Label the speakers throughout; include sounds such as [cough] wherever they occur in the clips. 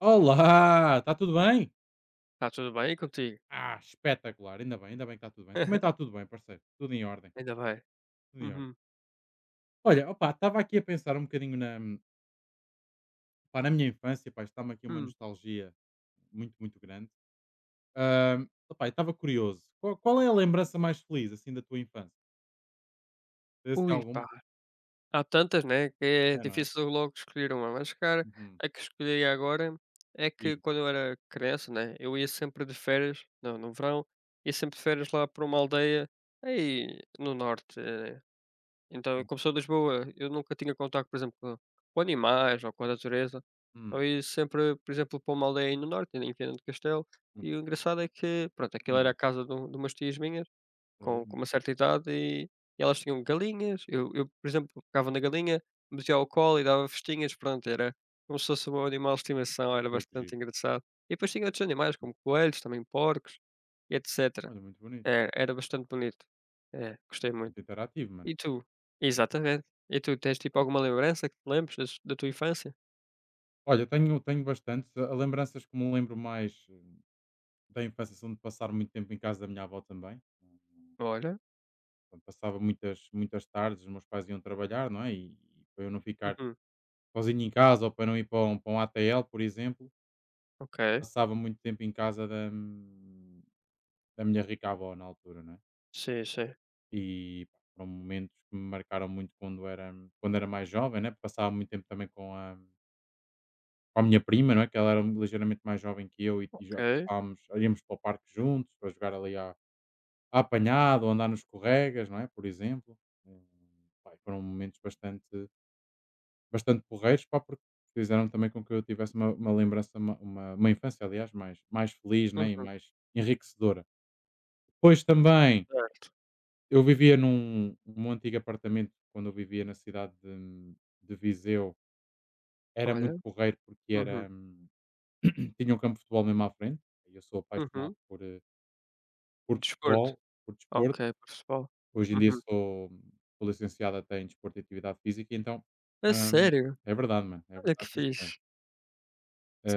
Speaker 1: Olá, está tudo bem?
Speaker 2: Está tudo bem contigo?
Speaker 1: Ah, espetacular, ainda bem que está tudo bem. Também está
Speaker 2: [laughs]
Speaker 1: tudo bem, parceiro, tudo em ordem,
Speaker 2: Ainda bem.
Speaker 1: tudo em ordem.
Speaker 2: Uhum,
Speaker 1: Olha, opá, estava aqui a pensar um bocadinho na minha infância, pá, está-me aqui uma
Speaker 2: hum.
Speaker 1: nostalgia muito, muito grande. Opá, eu estava curioso, qual é a lembrança mais feliz, assim, da tua infância? Tens assim
Speaker 2: Ui, pá,
Speaker 1: alguma?
Speaker 2: há tantas, né, que é
Speaker 1: É, não é?
Speaker 2: difícil logo escolher uma, mas, cara,
Speaker 1: Uhum,
Speaker 2: a que escolhi agora é que
Speaker 1: diz-me.
Speaker 2: quando eu era criança, né, eu ia sempre de férias não no verão, ia sempre de férias lá para uma aldeia aí no norte, então, como
Speaker 1: Hum,
Speaker 2: sou de Lisboa, eu nunca tinha contacto, por exemplo, com animais ou com a natureza, eu
Speaker 1: hum,
Speaker 2: ia sempre, por exemplo, para uma aldeia aí no norte, em Viana do Castelo,
Speaker 1: muito
Speaker 2: e o
Speaker 1: fixe.
Speaker 2: engraçado é que, pronto, aquilo era a
Speaker 1: Hum,
Speaker 2: casa de umas tias minhas
Speaker 1: olha,
Speaker 2: com
Speaker 1: muito
Speaker 2: uma
Speaker 1: fixe.
Speaker 2: certa idade e elas tinham galinhas, eu, por exemplo, pegava na galinha, metia ao colo e dava festinhas, pronto, era como se fosse o animal de estimação, era
Speaker 1: Olha que giro.
Speaker 2: bastante engraçado. E depois tinha outros animais, como coelhos, também porcos e etcétera.
Speaker 1: Olha, muito bonito.
Speaker 2: É, era bastante bonito. É, gostei muito.
Speaker 1: Muito interativo, mano.
Speaker 2: E tu? Exatamente. E tu, tens, tipo, alguma lembrança que te lembres das da tua infância?
Speaker 1: Olha, tenho bastantes. A lembranças que me lembro mais. Tenho a sensação de passar muito tempo em casa da minha avó também.
Speaker 2: Olha.
Speaker 1: Portanto, passava muitas, muitas tardes, os meus pais iam trabalhar, não é? E para eu não ficar
Speaker 2: Uhum.
Speaker 1: sozinho em casa ou para não ir para um ATL, por exemplo,
Speaker 2: Ok.
Speaker 1: passava muito tempo em casa da minha rica avó na altura, não é?
Speaker 2: Sim, sim.
Speaker 1: E pá, foram momentos que me marcaram muito quando era mais jovem, né? Passava muito tempo também com a minha prima, não é? Que ela era ligeiramente mais jovem que eu e já
Speaker 2: Ok.
Speaker 1: passávamos, íamos para o parque juntos para jogar ali a apanhado ou andar nos escorregas, não é? Por exemplo. Eh, Pá, e foram momentos bastante, bastante porreiros, pá, porque fizeram também com que eu tivesse uma lembrança, uma infância, aliás, mais feliz, né, e
Speaker 2: Uhum.
Speaker 1: mais enriquecedora. Depois também,
Speaker 2: Certo.
Speaker 1: eu vivia num antigo apartamento, quando eu vivia na cidade de Viseu, era muito
Speaker 2: Olha.
Speaker 1: porreiro porque
Speaker 2: Uhum.
Speaker 1: [clears throat] tinha um campo de futebol mesmo à frente, e eu sou apaixonado
Speaker 2: Uhum.
Speaker 1: por
Speaker 2: Desporto.
Speaker 1: futebol, por
Speaker 2: Ok,
Speaker 1: desporto.
Speaker 2: por futebol.
Speaker 1: Hoje em dia
Speaker 2: Uhum.
Speaker 1: sou licenciado até em desporto e atividade física. Então,
Speaker 2: A
Speaker 1: hum,
Speaker 2: sério?
Speaker 1: é verdade, mano, é
Speaker 2: Olha que
Speaker 1: verdade, sim senhor.
Speaker 2: fixe.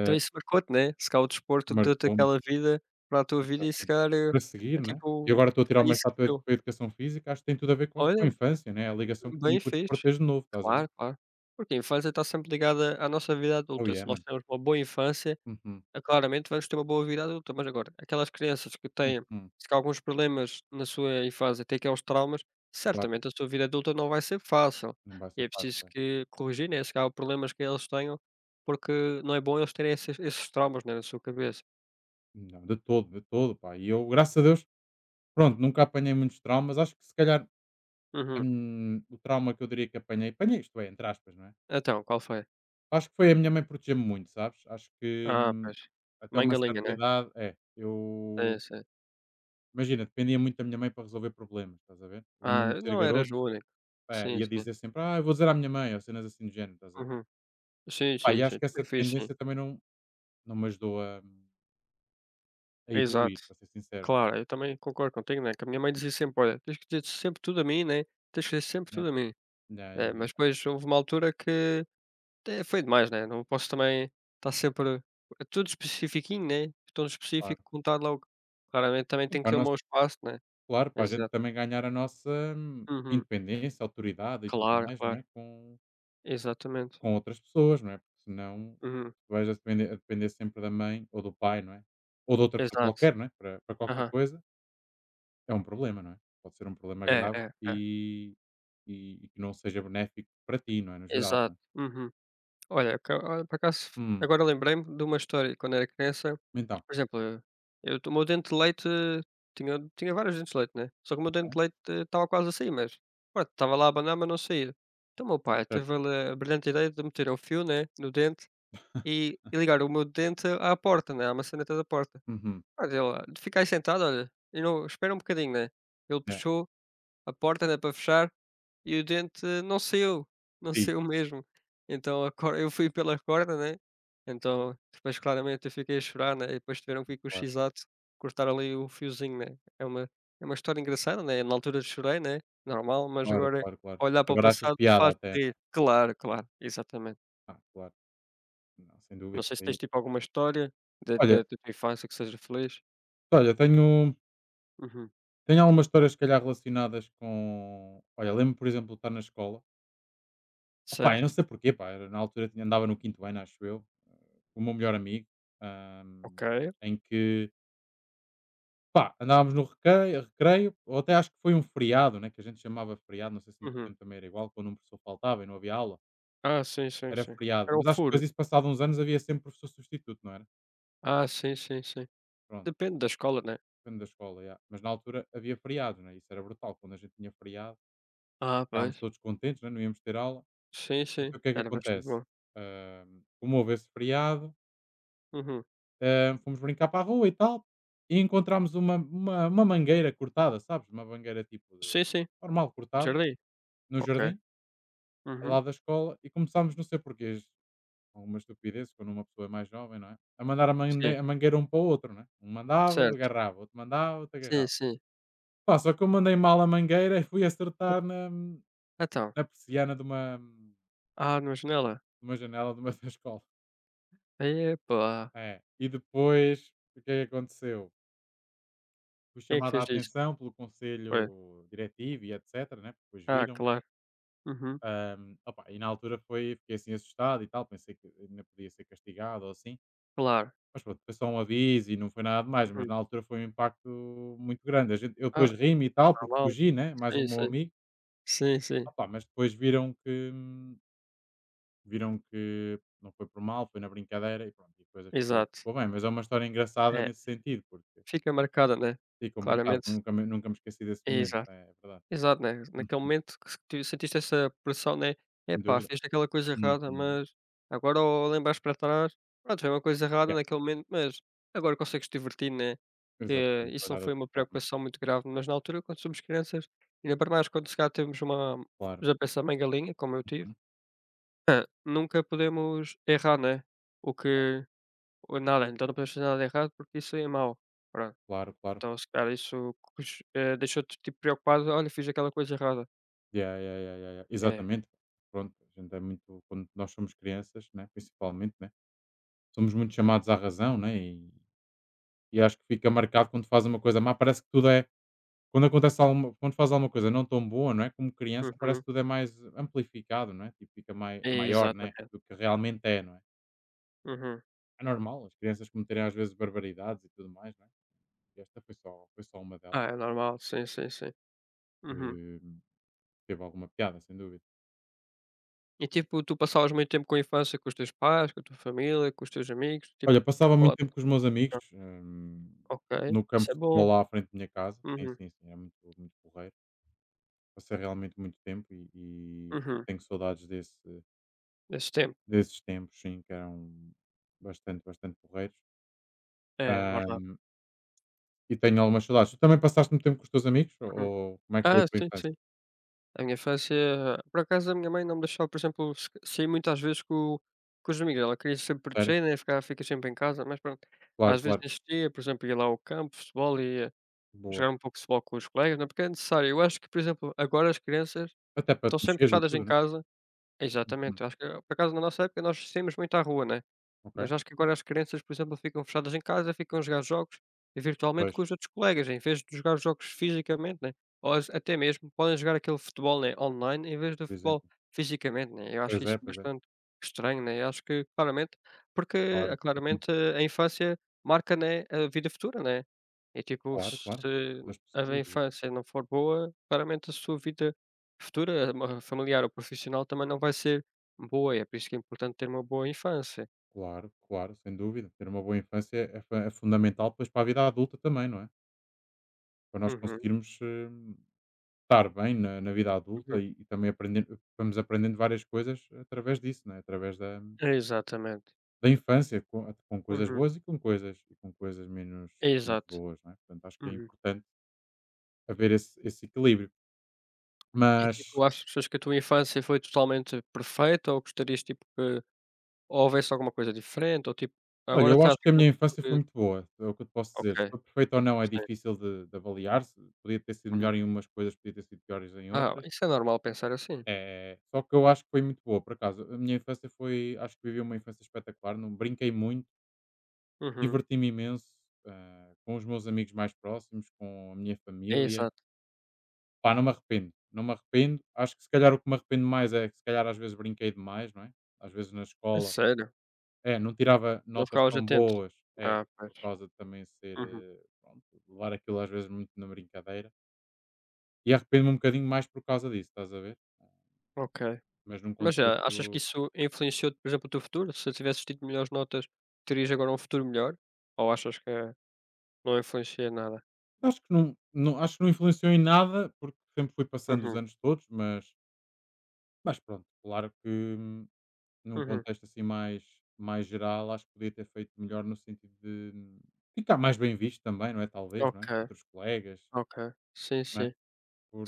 Speaker 2: Então isso marcou-te, né? Se calhar o desporto deu-te
Speaker 1: Marcou-me,
Speaker 2: aquela vida para a tua vida e se
Speaker 1: exatamente.
Speaker 2: calhar é
Speaker 1: Para seguir,
Speaker 2: é
Speaker 1: né, e
Speaker 2: tipo,
Speaker 1: agora estou a tirar o
Speaker 2: foi isso
Speaker 1: mestrado
Speaker 2: que
Speaker 1: para
Speaker 2: deu.
Speaker 1: para educação física. Acho que tem tudo a ver com a
Speaker 2: Olha,
Speaker 1: infância, né, a ligação que tinha
Speaker 2: bem
Speaker 1: com o desporto
Speaker 2: fixe.
Speaker 1: desde novo, estás a ver?
Speaker 2: Claro, claro. Porque a infância está sempre ligada à nossa vida
Speaker 1: Oh
Speaker 2: adulta.
Speaker 1: yeah,
Speaker 2: Se nós
Speaker 1: mano.
Speaker 2: temos uma boa infância.
Speaker 1: Uhum,
Speaker 2: Ah, claramente vamos ter uma boa vida adulta, mas agora, aquelas crianças que têm,
Speaker 1: uhum,
Speaker 2: se calhar, alguns problemas na sua infância, têm aqueles traumas,
Speaker 1: claro,
Speaker 2: certamente a sua vida adulta não vai ser fácil.
Speaker 1: não vai
Speaker 2: E
Speaker 1: ser
Speaker 2: é
Speaker 1: fácil,
Speaker 2: preciso
Speaker 1: pá.
Speaker 2: que corrigir, né, se calhar, problemas que eles tenham, porque não é bom eles terem esses traumas, né, na sua cabeça.
Speaker 1: Não, de todo, pá, e eu, graças a Deus, pronto, nunca apanhei muitos traumas. Acho que se calhar,
Speaker 2: Uhum.
Speaker 1: o trauma que eu diria que apanhei, isto é, entre aspas, não é?
Speaker 2: Então, qual foi?
Speaker 1: Acho que foi a minha mãe proteger-me muito, sabes? Acho que,
Speaker 2: Ah, pois.
Speaker 1: até
Speaker 2: Mãe
Speaker 1: uma
Speaker 2: galinha,
Speaker 1: certa
Speaker 2: né?
Speaker 1: idade é, eu
Speaker 2: Sim, sim.
Speaker 1: imagina, dependia muito da minha mãe para resolver problemas, estás a ver? Lembro-me
Speaker 2: Ah,
Speaker 1: de ser
Speaker 2: não eras
Speaker 1: garoto,
Speaker 2: o único.
Speaker 1: é
Speaker 2: Sim,
Speaker 1: ia
Speaker 2: sim.
Speaker 1: dizer sempre: "Ah, eu vou dizer à minha mãe", ou cenas assim do género, estás a ver?
Speaker 2: Uhum. Sim,
Speaker 1: Pá,
Speaker 2: sim,
Speaker 1: e acho
Speaker 2: sim.
Speaker 1: que essa
Speaker 2: Também fui assim.
Speaker 1: dependência também não me ajudou a evoluir,
Speaker 2: Exato.
Speaker 1: para ser sincero.
Speaker 2: Claro, eu também concordo contigo, né, que a minha mãe dizia sempre: "Olha, tens que dizer sempre tudo a mim, né, tens que dizer sempre
Speaker 1: Yeah,
Speaker 2: tudo a mim".
Speaker 1: yeah, yeah,
Speaker 2: É,
Speaker 1: yeah,
Speaker 2: mas depois houve uma altura que até foi demais, né, não posso também estar sempre tudo especifiquinho, né, tão
Speaker 1: claro.
Speaker 2: específico, contar logo. Claramente também
Speaker 1: Sim,
Speaker 2: tenho que
Speaker 1: para
Speaker 2: ter o
Speaker 1: nós,
Speaker 2: meu espaço, né.
Speaker 1: claro, para a gente
Speaker 2: Exato.
Speaker 1: também ganhar a nossa
Speaker 2: Uhum.
Speaker 1: independência, autoridade e tudo
Speaker 2: Claro,
Speaker 1: mais, não
Speaker 2: claro.
Speaker 1: é? Com
Speaker 2: Exatamente.
Speaker 1: com outras pessoas, não é? Porque senão
Speaker 2: Uhum.
Speaker 1: vais a depender sempre da mãe ou do pai, não é? Ou de outra pessoa
Speaker 2: Exato.
Speaker 1: qualquer, não é? Para qualquer
Speaker 2: Aham.
Speaker 1: coisa, é um problema, não é? Pode ser um problema
Speaker 2: É,
Speaker 1: grave
Speaker 2: é, é.
Speaker 1: e que não seja benéfico para ti, não é? No geral, não
Speaker 2: Exato.
Speaker 1: é?
Speaker 2: Uhum. Olha, ca olha, por acaso,
Speaker 1: Hum,
Speaker 2: agora lembrei-me de uma história quando era criança.
Speaker 1: então,
Speaker 2: Por exemplo, o meu dente de leite tinha vários dentes de leite, né, só que o meu dente
Speaker 1: não é?
Speaker 2: de leite estava quase a sair, mas pronto, estava lá a banar, mas não saía. Então o meu pai
Speaker 1: Certo.
Speaker 2: teve ele a brilhante ideia de meter um fio, né, no dente e ligar o meu dente à porta, né, à maçaneta da porta.
Speaker 1: Uhum.
Speaker 2: Olha, ele: "Ficai sentado, olha, e não espera um bocadinho", né. Ele
Speaker 1: É.
Speaker 2: puxou a porta, né, para fechar, e o dente não saiu, não
Speaker 1: Sim,
Speaker 2: saiu mesmo. Então a cor eu fui pela corda, né, então depois claramente eu fiquei a chorar, né, e depois tiveram que vir com o
Speaker 1: claro,
Speaker 2: x cortar ali o fiozinho, né. É uma história engraçada, né, na altura chorei, né, normal, mas
Speaker 1: claro,
Speaker 2: agora
Speaker 1: claro, claro.
Speaker 2: olhar para o
Speaker 1: Agora achas
Speaker 2: passado
Speaker 1: piada
Speaker 2: faz
Speaker 1: até, não é?
Speaker 2: rir. Claro, claro, exatamente.
Speaker 1: Ah, claro. Não, sem
Speaker 2: Não
Speaker 1: dúvida,
Speaker 2: sei
Speaker 1: isso
Speaker 2: se
Speaker 1: aí.
Speaker 2: tens tipo alguma história da da
Speaker 1: Olha
Speaker 2: da tua infância que seja feliz?
Speaker 1: olha, tenho
Speaker 2: Uhum,
Speaker 1: tenho algumas histórias se calhar relacionadas com. Olha, lembro, por exemplo, de estar na escola. Opá, eu não
Speaker 2: certo,
Speaker 1: sei porquê, pá, era na altura tinha andava no quinto ano, acho eu, com o meu melhor amigo, ahm,
Speaker 2: ok.
Speaker 1: em que, pá, andávamos no recreio, ou até acho que foi um feriado, né, que a gente chamava feriado, não sei se no
Speaker 2: Uhum.
Speaker 1: tempo também era igual, quando um professor faltava e não havia aula,
Speaker 2: Ah, sim, sim,
Speaker 1: era
Speaker 2: sim.
Speaker 1: feriado.
Speaker 2: Era um
Speaker 1: Mas acho que depois
Speaker 2: furo?
Speaker 1: disso, passado uns anos, havia sempre professor substituto, não era?
Speaker 2: Ah, sim, sim, sim.
Speaker 1: Pronto,
Speaker 2: Depende da escola, né?
Speaker 1: depende da escola, já. Mas na altura havia feriado, né, isso era brutal, quando a gente tinha feriado,
Speaker 2: Ah,
Speaker 1: ficávamos
Speaker 2: pois.
Speaker 1: todos contentes, né, não íamos ter aula.
Speaker 2: Sim, sim.
Speaker 1: Então o que é que
Speaker 2: Era bastante
Speaker 1: acontece?
Speaker 2: bom.
Speaker 1: Como houve esse feriado,
Speaker 2: Uhum.
Speaker 1: ah, fomos brincar para a rua e tal, e encontramos uma, uma mangueira cortada, sabes? Uma mangueira tipo
Speaker 2: Sim, sim.
Speaker 1: normal, cortada,
Speaker 2: Jardim?
Speaker 1: no
Speaker 2: Ok.
Speaker 1: jardim, ao
Speaker 2: Uhum.
Speaker 1: lado da escola, e começámos, não sei porquê, alguma estupidez, quando uma pessoa é mais jovem, não é? A mandar a,
Speaker 2: Sim.
Speaker 1: mande- a mangueira um para o outro, não é? Um mandava,
Speaker 2: Certo.
Speaker 1: agarrava, outro mandava, outro
Speaker 2: Sim,
Speaker 1: agarrava.
Speaker 2: sim.
Speaker 1: Pá, só que eu mandei mal a mangueira e fui acertar na,
Speaker 2: Então.
Speaker 1: na persiana de uma,
Speaker 2: Ah, na janela?
Speaker 1: de uma janela de uma [laughs] da escola.
Speaker 2: Epa.
Speaker 1: É. E depois, o que é que aconteceu? Fui
Speaker 2: Quem é que
Speaker 1: chamada a
Speaker 2: fez isso?
Speaker 1: atenção pelo
Speaker 2: Foi.
Speaker 1: conselho diretivo e etcétera, né, porque depois
Speaker 2: Ah,
Speaker 1: viram.
Speaker 2: claro. Uhum.
Speaker 1: Opá, e na altura foi fiquei assim assustado e tal, pensei que ainda podia ser castigado ou assim,
Speaker 2: Claro.
Speaker 1: mas pronto, foi só um aviso e não foi nada de mais, mas
Speaker 2: Uhum.
Speaker 1: na altura foi um impacto muito grande. A gente, eu
Speaker 2: Ah,
Speaker 1: depois ri-me e tal, porque
Speaker 2: normal.
Speaker 1: fugi, né, mais um
Speaker 2: Sim,
Speaker 1: meu
Speaker 2: sim.
Speaker 1: amigo,
Speaker 2: Sim, sim.
Speaker 1: opá, mas depois viram que não foi por mal, foi na brincadeira e pronto, e a coisa ficou,
Speaker 2: Exato.
Speaker 1: ficou bem. Mas é uma história engraçada
Speaker 2: É.
Speaker 1: nesse sentido, porque
Speaker 2: Fica marcada, né?
Speaker 1: fica marcado,
Speaker 2: Claramente.
Speaker 1: nunca me esqueci desse momento,
Speaker 2: Exato.
Speaker 1: é verdade.
Speaker 2: Exato, né,
Speaker 1: Hum,
Speaker 2: naquele momento que se tu sentiste essa pressão, né,
Speaker 1: sem
Speaker 2: "Epá,
Speaker 1: dúvida.
Speaker 2: fiz aquela coisa errada,
Speaker 1: Uhum.
Speaker 2: mas agora ao lembrares para trás, pronto, foi uma coisa errada
Speaker 1: Yeah,
Speaker 2: naquele momento, mas agora consegues te divertir, né", que
Speaker 1: exatamente,
Speaker 2: isso
Speaker 1: olhar
Speaker 2: não
Speaker 1: de
Speaker 2: foi
Speaker 1: outra
Speaker 2: uma
Speaker 1: forma,
Speaker 2: preocupação muito grave, mas na altura quando somos crianças, ainda para mais quando se calhar temos uma
Speaker 1: claro.
Speaker 2: já pensa bem galinha, como eu tive,
Speaker 1: Uhum.
Speaker 2: ah, nunca podemos errar, né, o que ou nada, então não podemos fazer nada de errado porque isso é mau, pronto,
Speaker 1: Claro, claro.
Speaker 2: então se calhar isso deixou-te tipo preocupado, "Olha, fiz aquela coisa errada".
Speaker 1: Yeah, yeah, yeah, yeah, yeah.
Speaker 2: É.
Speaker 1: Exatamente, pronto, a gente é muito quando nós somos crianças, né, principalmente, né, somos muito chamados à razão, né, e acho que fica marcado quando faz uma coisa má, parece que tudo é quando acontece alguma, quando faz alguma coisa não tão boa, não é? Como criança, parece
Speaker 2: Uhum.
Speaker 1: que tudo é mais amplificado, não é? Tipo, fica maior, né,
Speaker 2: Exatamente.
Speaker 1: do que realmente é, não é?
Speaker 2: Uhum.
Speaker 1: É normal as crianças cometerem às vezes barbaridades e tudo mais, não é? E esta foi só uma
Speaker 2: Ah, é normal, sim, sim, sim. Uhum.
Speaker 1: delas. Teve alguma piada, sem dúvida.
Speaker 2: E tipo, tu passavas muito tempo com a infância com os teus pais, com a tua família, com os teus amigos, tipo,
Speaker 1: Olha, passava muito
Speaker 2: ó,
Speaker 1: tempo com os meus amigos,
Speaker 2: ah, ok,
Speaker 1: no campo
Speaker 2: isso é
Speaker 1: de futebol
Speaker 2: bom.
Speaker 1: lá à frente da minha casa. Sim,
Speaker 2: Uhum,
Speaker 1: sim, sim, é muito, muito porreiro. Passei realmente muito tempo e
Speaker 2: uhum.
Speaker 1: tenho saudades desse,
Speaker 2: Esse tempo.
Speaker 1: desses tempos, sim, que eram bastante, bastante porreiros.
Speaker 2: É verdade.
Speaker 1: Hum, e tenho algumas saudades. Tu também passaste muito tempo com os teus amigos? Ou,
Speaker 2: Uhum.
Speaker 1: ou como é que foi a
Speaker 2: Ah,
Speaker 1: tua
Speaker 2: sim,
Speaker 1: infância?
Speaker 2: sim. A minha infância, por acaso a minha mãe não me deixava, por exemplo, sair muitas vezes com, os amigos. Ela queria sempre
Speaker 1: Sério?
Speaker 2: proteger, né? Ficar, fica sempre em casa, mas pronto.
Speaker 1: Claro,
Speaker 2: Às vezes
Speaker 1: claro.
Speaker 2: insistia, por exemplo, ia lá ao campo, futebol, e
Speaker 1: Boa.
Speaker 2: jogar um pouco de futebol com os colegas, não é, porque é necessário. Eu acho que, por exemplo, agora as crianças
Speaker 1: Até para te
Speaker 2: estão sempre
Speaker 1: mexeres e
Speaker 2: fechadas em
Speaker 1: tudo, né?
Speaker 2: casa. Exatamente,
Speaker 1: Uhum.
Speaker 2: eu acho que por acaso na nossa época nós saímos muito à rua, né?
Speaker 1: Ok?
Speaker 2: Mas acho que agora as crianças, por exemplo, ficam fechadas em casa, ficam a jogar jogos e virtualmente
Speaker 1: Pois,
Speaker 2: com os outros colegas, em vez de jogar jogos fisicamente, né? Ou até mesmo podem jogar aquele futebol né, online em vez do
Speaker 1: por
Speaker 2: futebol
Speaker 1: exemplo.
Speaker 2: fisicamente, né? Eu acho
Speaker 1: Pois é,
Speaker 2: isso
Speaker 1: pois é.
Speaker 2: bastante estranho, né? Eu acho que claramente, porque
Speaker 1: Claro. Uhum.
Speaker 2: claramente a infância marca né, a vida futura, né? E tipo,
Speaker 1: Claro, claro.
Speaker 2: se
Speaker 1: Das
Speaker 2: a
Speaker 1: pessoas.
Speaker 2: infância não for boa, claramente a sua vida futura, familiar ou profissional, também não vai ser boa. É por isso que é importante ter uma boa infância.
Speaker 1: Claro, claro, sem dúvida. Ter uma boa infância é, é fa- é fundamental depois para a vida adulta também, não é? Para nós
Speaker 2: Uhum.
Speaker 1: conseguirmos estar bem na vida adulta
Speaker 2: Uhum.
Speaker 1: e também aprender, vamos aprendendo várias coisas através disso, não é? Através da,
Speaker 2: Exatamente.
Speaker 1: da infância, com coisas
Speaker 2: Uhum.
Speaker 1: boas e com coisas menos
Speaker 2: Exato.
Speaker 1: boas, não é? Portanto, acho que é
Speaker 2: Uhum.
Speaker 1: importante haver esse equilíbrio.
Speaker 2: E,
Speaker 1: Mas,
Speaker 2: tipo, achas que a tua infância foi totalmente perfeita ou gostarias, tipo, que houvesse alguma coisa diferente ou, tipo,
Speaker 1: olha,
Speaker 2: agora
Speaker 1: eu acho
Speaker 2: estás
Speaker 1: que a minha
Speaker 2: grande
Speaker 1: infância foi
Speaker 2: porque.
Speaker 1: muito boa, é o que eu te posso
Speaker 2: Ok,
Speaker 1: dizer. Se foi perfeita ou não é
Speaker 2: sim.
Speaker 1: difícil de avaliar, se podia ter sido
Speaker 2: Uhum.
Speaker 1: melhor em umas coisas, podia ter sido piores em
Speaker 2: Ah,
Speaker 1: outras.
Speaker 2: isso é normal pensar assim.
Speaker 1: É, só que eu acho que foi muito boa, por acaso. A minha infância foi, acho que vivi uma infância espetacular, não brinquei muito,
Speaker 2: Uhum.
Speaker 1: diverti-me imenso, ah, com os meus amigos mais próximos, com a minha família.
Speaker 2: Exato.
Speaker 1: Pá, não me arrependo, não me arrependo. Acho que se calhar o que me arrependo mais é que se calhar às vezes brinquei demais, não é? Às vezes na
Speaker 2: É
Speaker 1: escola,
Speaker 2: sério?
Speaker 1: é, não tirava
Speaker 2: Não
Speaker 1: notas
Speaker 2: ficavas
Speaker 1: tão
Speaker 2: atento?
Speaker 1: boas, é,
Speaker 2: Ah, pois.
Speaker 1: por causa de também ser,
Speaker 2: Uhum.
Speaker 1: pronto, levar aquilo às vezes muito na brincadeira. E arrependo-me um bocadinho mais por causa disso, estás a ver?
Speaker 2: Ok.
Speaker 1: Mas num
Speaker 2: Mas já
Speaker 1: contexto.
Speaker 2: achas que isso influenciou, por exemplo, o teu futuro? Se tivesses tido melhores notas, terias agora um futuro melhor? Ou achas que não influencia nada?
Speaker 1: Acho que não, não acho que não influenciou em nada, porque sempre fui passando os
Speaker 2: Uhum.
Speaker 1: anos todos, mas pronto, claro que hum, num
Speaker 2: Uhum.
Speaker 1: contexto assim mais geral, acho que podia ter feito melhor no sentido de ficar mais bem visto também, não é, talvez, não é,
Speaker 2: Ok.
Speaker 1: entre os colegas,
Speaker 2: Ok, sim,
Speaker 1: não é,
Speaker 2: sim.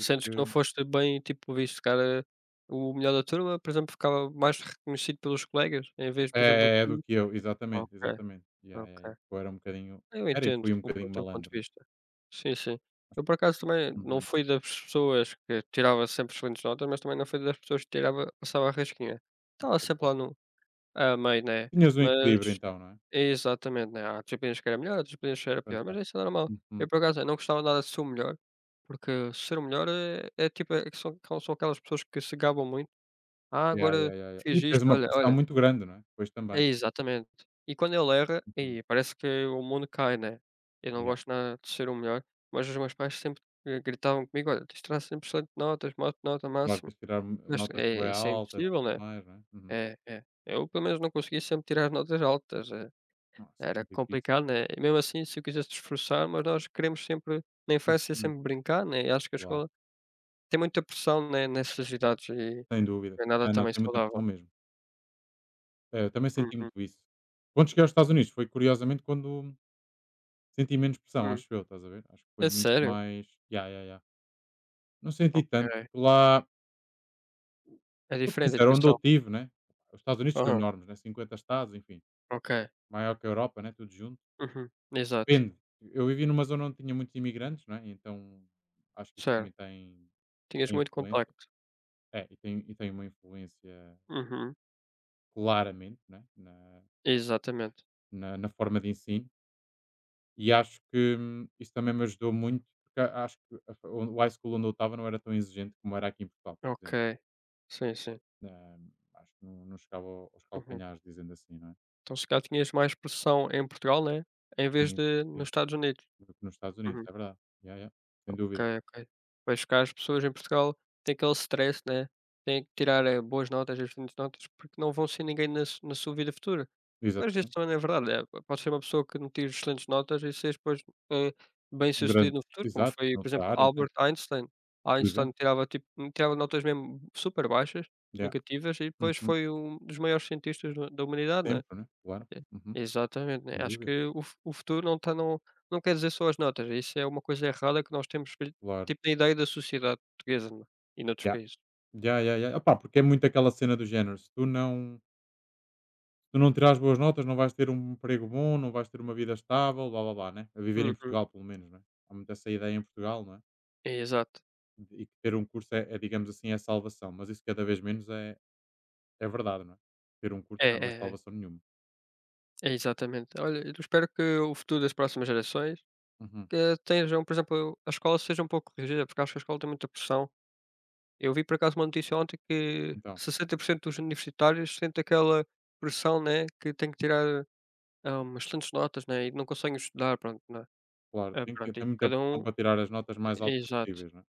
Speaker 2: Sentes que não foste bem, tipo, visto? Se calhar, o melhor da turma, por exemplo, ficava mais reconhecido pelos colegas, em vez, por exemplo,
Speaker 1: é do
Speaker 2: tu.
Speaker 1: que eu, exatamente,
Speaker 2: Ok,
Speaker 1: exatamente. Yeah, yeah,
Speaker 2: ok.
Speaker 1: yeah. Eu era um bocadinho
Speaker 2: Eu
Speaker 1: era e
Speaker 2: entendo
Speaker 1: fui um
Speaker 2: o po
Speaker 1: bocadinho
Speaker 2: teu ponto
Speaker 1: malandro,
Speaker 2: de
Speaker 1: não é?
Speaker 2: vista. Sim, sim.
Speaker 1: Mas
Speaker 2: Eu, por
Speaker 1: pronto.
Speaker 2: acaso, também não
Speaker 1: Uhum.
Speaker 2: fui das pessoas que tirava sempre excelentes notas, mas também não fui das pessoas que tirava passava a rasquinha.
Speaker 1: Ok,
Speaker 2: Estava sempre
Speaker 1: boa.
Speaker 2: lá no a meio, né,
Speaker 1: Tinhas um
Speaker 2: mas
Speaker 1: equilíbrio então, não é?
Speaker 2: exatamente, né. Há disciplinas que era melhor, há disciplinas que era pior, mas
Speaker 1: Fantástico.
Speaker 2: isso é normal. Eu,
Speaker 1: Uhum.
Speaker 2: por acaso, eu não gostava nada de ser o melhor, porque ser o melhor é tipo, é que são aquelas pessoas que se gabam muito. "Ah,
Speaker 1: Yeah,
Speaker 2: agora
Speaker 1: yeah, yeah, yeah. E
Speaker 2: fiz
Speaker 1: tens
Speaker 2: isto,
Speaker 1: uma
Speaker 2: olha,
Speaker 1: pressão
Speaker 2: olha".
Speaker 1: muito grande, não é? Depois também.
Speaker 2: É, exatamente. E quando ele erra,
Speaker 1: Uhum.
Speaker 2: aí parece que o mundo cai, né. Eu não
Speaker 1: Yeah.
Speaker 2: gosto nada de ser o melhor, mas os meus pais sempre, gritavam comigo: "Olha, tens de tirar 100% de notas, mo nota
Speaker 1: Claro,
Speaker 2: máxima".
Speaker 1: tens de tirar
Speaker 2: Mas
Speaker 1: notas bem
Speaker 2: isso é
Speaker 1: altas e
Speaker 2: impossível,
Speaker 1: tudo
Speaker 2: né.
Speaker 1: mais, não é? Uhum.
Speaker 2: É, é. Eu, pelo menos, não consegui sempre tirar notas altas,
Speaker 1: Nossa, é
Speaker 2: era
Speaker 1: muito difícil.
Speaker 2: complicado, né, e mesmo assim se eu quisesse esforçar, mas nós queremos sempre na infância
Speaker 1: Uhum.
Speaker 2: sempre brincar, né, e acho que a
Speaker 1: Claro,
Speaker 2: escola tem muita pressão, né, nessas idades e
Speaker 1: sem dúvida.
Speaker 2: não é nada
Speaker 1: Ah, não,
Speaker 2: também
Speaker 1: tem muita pressão
Speaker 2: saudável.
Speaker 1: mesmo. Eu também senti
Speaker 2: Uhum.
Speaker 1: muito isso. Quando cheguei aos Estados Unidos, foi curiosamente quando senti menos pressão,
Speaker 2: Hum,
Speaker 1: acho eu, estás a ver? Acho que foi
Speaker 2: é
Speaker 1: muito
Speaker 2: sério?
Speaker 1: mais. Ya, ya, ya. Não senti tanto.
Speaker 2: Ok.
Speaker 1: Lá,
Speaker 2: É
Speaker 1: sou
Speaker 2: diferente a
Speaker 1: sincero, onde eu
Speaker 2: educação?
Speaker 1: estive, né? Os Estados Unidos são
Speaker 2: Aham,
Speaker 1: enormes, né? 50 estados, enfim.
Speaker 2: ok.
Speaker 1: Maior que a Europa, né? Tudo junto.
Speaker 2: Uhum, exato,
Speaker 1: Depende. Eu vivi numa zona onde tinha muitos imigrantes, né. Então acho que isso também
Speaker 2: certo.
Speaker 1: tem,
Speaker 2: Tinhas
Speaker 1: tem
Speaker 2: muito
Speaker 1: influência.
Speaker 2: contacto.
Speaker 1: É, e tem uma influência
Speaker 2: Uhum,
Speaker 1: claramente, né, na,
Speaker 2: exatamente.
Speaker 1: na, na forma de ensino. E acho que isso também me ajudou muito, porque acho que o high school onde eu estava não era tão exigente como era aqui em Portugal, por exemplo.
Speaker 2: Ok. Sim, sim.
Speaker 1: Acho que não, não chegava aos
Speaker 2: Uhum.
Speaker 1: calcanhares, dizendo assim, não é?
Speaker 2: Então se calhar tinhas mais pressão em Portugal, né, em vez
Speaker 1: Também,
Speaker 2: de
Speaker 1: sim,
Speaker 2: nos Estados Unidos.
Speaker 1: do que nos Estados Unidos,
Speaker 2: Uhum.
Speaker 1: é verdade. Yeah, yeah, sem
Speaker 2: Ok,
Speaker 1: dúvida.
Speaker 2: ok. Mas cá as pessoas em Portugal têm aquele stress, né, têm que tirar, boas notas, excelentes notas, porque não vão ser ninguém na sua vida futura. Mas isso
Speaker 1: Exatamente.
Speaker 2: também não é verdade, pode ser uma pessoa que não tira excelentes notas e seres depois, eh,
Speaker 1: Um grande,
Speaker 2: bem-sucedido no futuro, como
Speaker 1: exato,
Speaker 2: foi, por
Speaker 1: noutra
Speaker 2: exemplo,
Speaker 1: área, né?
Speaker 2: Albert Einstein.
Speaker 1: Por
Speaker 2: Einstein
Speaker 1: exemplo.
Speaker 2: tirava, tipo, tirava notas mesmo super baixas,
Speaker 1: Yeah.
Speaker 2: negativas, e depois
Speaker 1: Uhum.
Speaker 2: foi um dos maiores cientistas da humanidade, né?
Speaker 1: Sempre, né? Claro. Uhum.
Speaker 2: E exatamente, né,
Speaker 1: Sem
Speaker 2: acho
Speaker 1: dúvida.
Speaker 2: que o futuro não está não não quer dizer só as notas, isso é uma coisa errada que nós temos fe
Speaker 1: Claro.
Speaker 2: tipo na ideia da sociedade portuguesa, não é, e noutros
Speaker 1: Yeah.
Speaker 2: países.
Speaker 1: Ya, ya, ya. Opá, porque é muito aquela cena do género. Se tu não tirares boas notas, não vais ter um emprego bom, não vais ter uma vida estável, blá blá blá, né? A viver em
Speaker 2: Uhum,
Speaker 1: Portugal, pelo menos, né? Há muito essa ideia em Portugal, não é?
Speaker 2: É, exato.
Speaker 1: E que ter um curso é, digamos assim, é salvação. Mas isso cada vez menos é verdade, não é? Ter um curso
Speaker 2: É,
Speaker 1: já não é
Speaker 2: é, é.
Speaker 1: salvação nenhuma.
Speaker 2: É exatamente. Olha, eu espero que o futuro das próximas gerações,
Speaker 1: Uhum.
Speaker 2: que tenham, por exemplo, a escola seja um pouco rígida, porque acho que a escola tem muita pressão. Eu vi por acaso uma notícia ontem que
Speaker 1: Então,
Speaker 2: 60% dos universitários sentem aquela pressão, né, que tem que tirar, umas tantas notas, né, e não conseguem estudar, pronto, né.
Speaker 1: claro,
Speaker 2: Ah,
Speaker 1: tem que
Speaker 2: pronto, e
Speaker 1: ter muita
Speaker 2: cada
Speaker 1: pressão
Speaker 2: um.
Speaker 1: para tirar as notas mais altas
Speaker 2: Exato,
Speaker 1: possíveis, não é?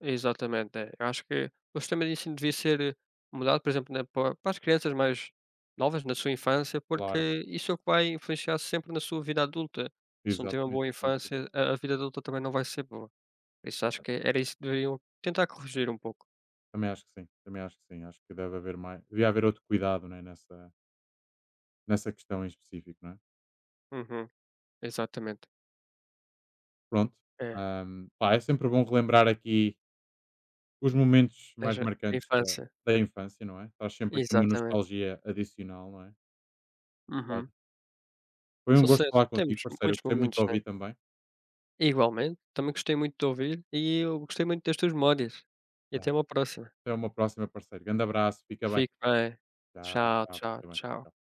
Speaker 2: exatamente. É. Eu acho que o sistema de ensino devia ser mudado, por exemplo, né, para as crianças mais novas, na sua infância,
Speaker 1: Claro,
Speaker 2: porque isso é o que vai influenciar sempre na sua vida adulta. Se não tiver uma
Speaker 1: exatamente,
Speaker 2: boa
Speaker 1: sem dúvida.
Speaker 2: infância, a vida adulta também não vai ser boa. Isso acho que era isso que deveriam tentar corrigir um pouco.
Speaker 1: Também acho que sim, também acho que sim. Acho que deve haver mais. Devia haver outro cuidado, né? Nessa questão em específico, não é?
Speaker 2: Uhum, exatamente.
Speaker 1: Pronto,
Speaker 2: É,
Speaker 1: pá, é sempre bom relembrar aqui os momentos mais
Speaker 2: desde a
Speaker 1: marcantes da
Speaker 2: infância.
Speaker 1: da infância, não é? Traz sempre aqui uma
Speaker 2: Exatamente.
Speaker 1: nostalgia adicional, não é? Olha,
Speaker 2: Uhum.
Speaker 1: foi um gosto
Speaker 2: Sucesso.
Speaker 1: falar contigo,
Speaker 2: Temos
Speaker 1: parceiro.
Speaker 2: muitos
Speaker 1: Gostei muito de
Speaker 2: momentos, né?
Speaker 1: ouvir também.
Speaker 2: Igualmente, também gostei muito de ouvir e eu gostei muito das tuas memórias. E
Speaker 1: É,
Speaker 2: até uma próxima.
Speaker 1: até uma próxima, parceiro. Grande abraço, fica bem.
Speaker 2: Fique bem.
Speaker 1: Tchau,
Speaker 2: Tchau,
Speaker 1: tchau,
Speaker 2: tchau,
Speaker 1: fica bem.
Speaker 2: tchau.
Speaker 1: Tchau.